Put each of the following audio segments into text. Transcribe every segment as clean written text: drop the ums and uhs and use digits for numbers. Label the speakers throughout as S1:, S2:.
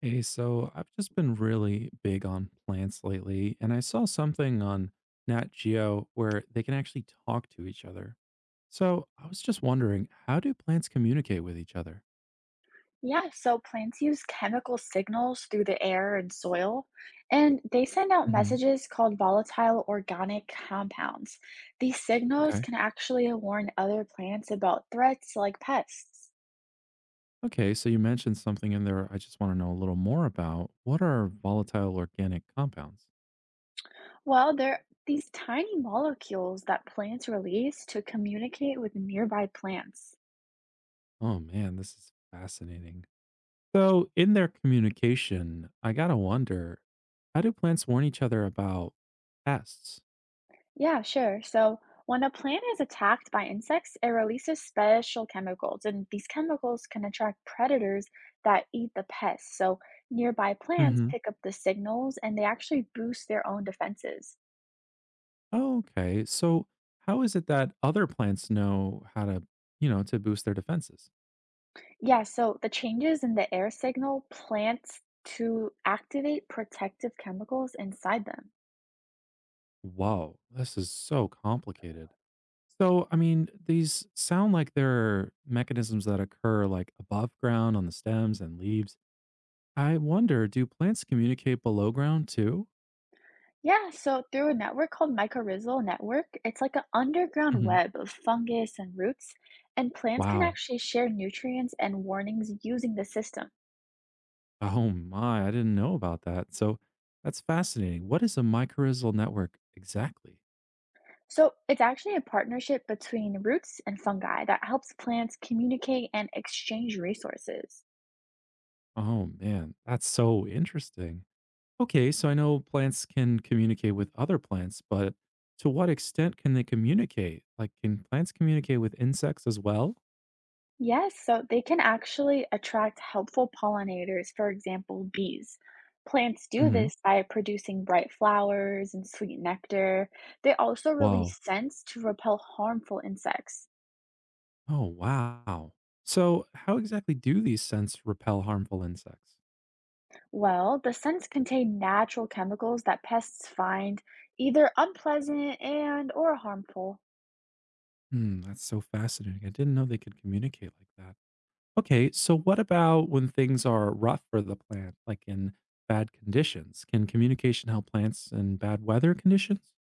S1: Hey, so I've just been really big on plants lately, and I saw something on Nat Geo where they can actually talk to each other. So I was just wondering, how do plants communicate with each other?
S2: Yeah, so plants use chemical signals through the air and soil, and they send out
S1: Hmm.
S2: messages called volatile organic compounds. These signals
S1: Okay.
S2: can actually warn other plants about threats like pests.
S1: Okay, so you mentioned something in there, I just want to know a little more about. What are volatile organic compounds?
S2: Well, they're these tiny molecules that plants release to communicate with nearby plants.
S1: Oh man, this is fascinating. So, in their communication, I gotta wonder, how do plants warn each other about pests?
S2: Yeah, sure. So when a plant is attacked by insects, it releases special chemicals, and these chemicals can attract predators that eat the pests. So nearby plants pick up the signals and they actually boost their own defenses.
S1: Oh, okay. So how is it that other plants know how to, to boost their defenses?
S2: Yeah, so the changes in the air signal plants to activate protective chemicals inside them.
S1: Whoa, this is so complicated. So, I mean, these sound like there are mechanisms that occur like above ground on the stems and leaves. I wonder, do plants communicate below ground too?
S2: Yeah, so through a network called mycorrhizal network, it's like an underground
S1: Hmm.
S2: web of fungus and roots, and plants can
S1: Wow.
S2: actually share nutrients and warnings using the system.
S1: Oh my, I didn't know about that. So that's fascinating. What is a mycorrhizal network exactly?
S2: So it's actually a partnership between roots and fungi that helps plants communicate and exchange resources.
S1: Oh man, that's so interesting. Okay, so I know plants can communicate with other plants, but to what extent can they communicate? Like, can plants communicate with insects as well?
S2: Yes, so they can actually attract helpful pollinators, for example, bees. Plants do
S1: Hmm.
S2: this by producing bright flowers and sweet nectar. They also release
S1: Whoa.
S2: scents to repel harmful insects.
S1: Oh, wow. So, how exactly do these scents repel harmful insects?
S2: Well, the scents contain natural chemicals that pests find either unpleasant and or harmful.
S1: Hmm, that's so fascinating. I didn't know they could communicate like that. Okay, so what about when things are rough for the plant, like in bad conditions? Can communication help plants in bad weather conditions?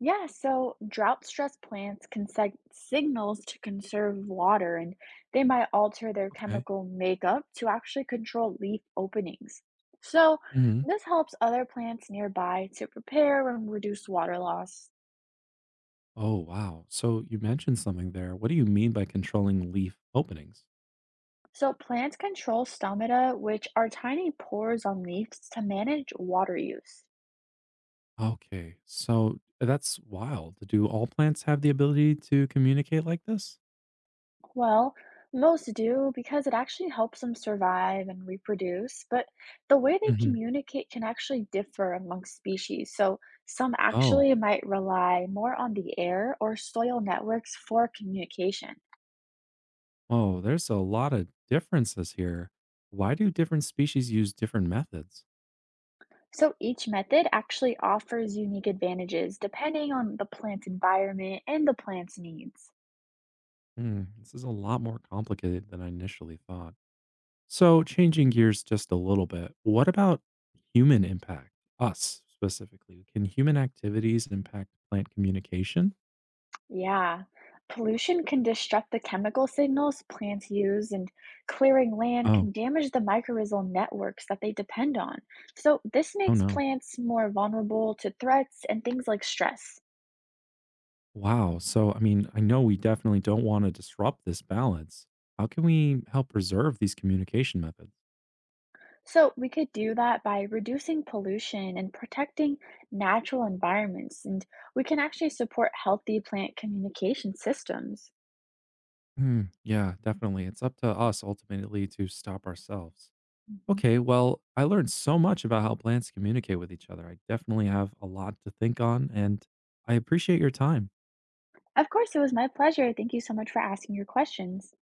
S2: Yeah, so drought-stressed plants can send signals to conserve water, and they might alter their
S1: Okay.
S2: chemical makeup to actually control leaf openings. So
S1: Hmm.
S2: this helps other plants nearby to prepare and reduce water loss.
S1: Oh, wow. So you mentioned something there. What do you mean by controlling leaf openings?
S2: So, plants control stomata, which are tiny pores on leaves to manage water use.
S1: Okay, so that's wild. Do all plants have the ability to communicate like this?
S2: Well, most do because it actually helps them survive and reproduce, but the way they
S1: Hmm.
S2: communicate can actually differ amongst species. So some
S1: Oh,
S2: actually might rely more on the air or soil networks for communication.
S1: oh, there's a lot of differences here. Why do different species use different methods?
S2: So each method actually offers unique advantages depending on the plant environment and the plant's needs.
S1: Hmm, this is a lot more complicated than I initially thought. So, changing gears just a little bit, what about human impact? Us specifically. Can human activities impact plant communication?
S2: Yeah. Pollution can disrupt the chemical signals plants use, and clearing land can
S1: Oh.
S2: damage the mycorrhizal networks that they depend on. So this
S1: Oh,
S2: makes
S1: no.
S2: plants more vulnerable to threats and things like stress.
S1: Wow. So, I mean, I know we definitely don't want to disrupt this balance. How can we help preserve these communication methods?
S2: So we could do that by reducing pollution and protecting natural environments, and we can actually support healthy plant communication systems.
S1: Hmm. Yeah, definitely. It's up to us ultimately to stop ourselves.
S2: Mhm.
S1: Okay. Well, I learned so much about how plants communicate with each other. I definitely have a lot to think on, and I appreciate your time.
S2: Of course, it was my pleasure. Thank you so much for asking your questions.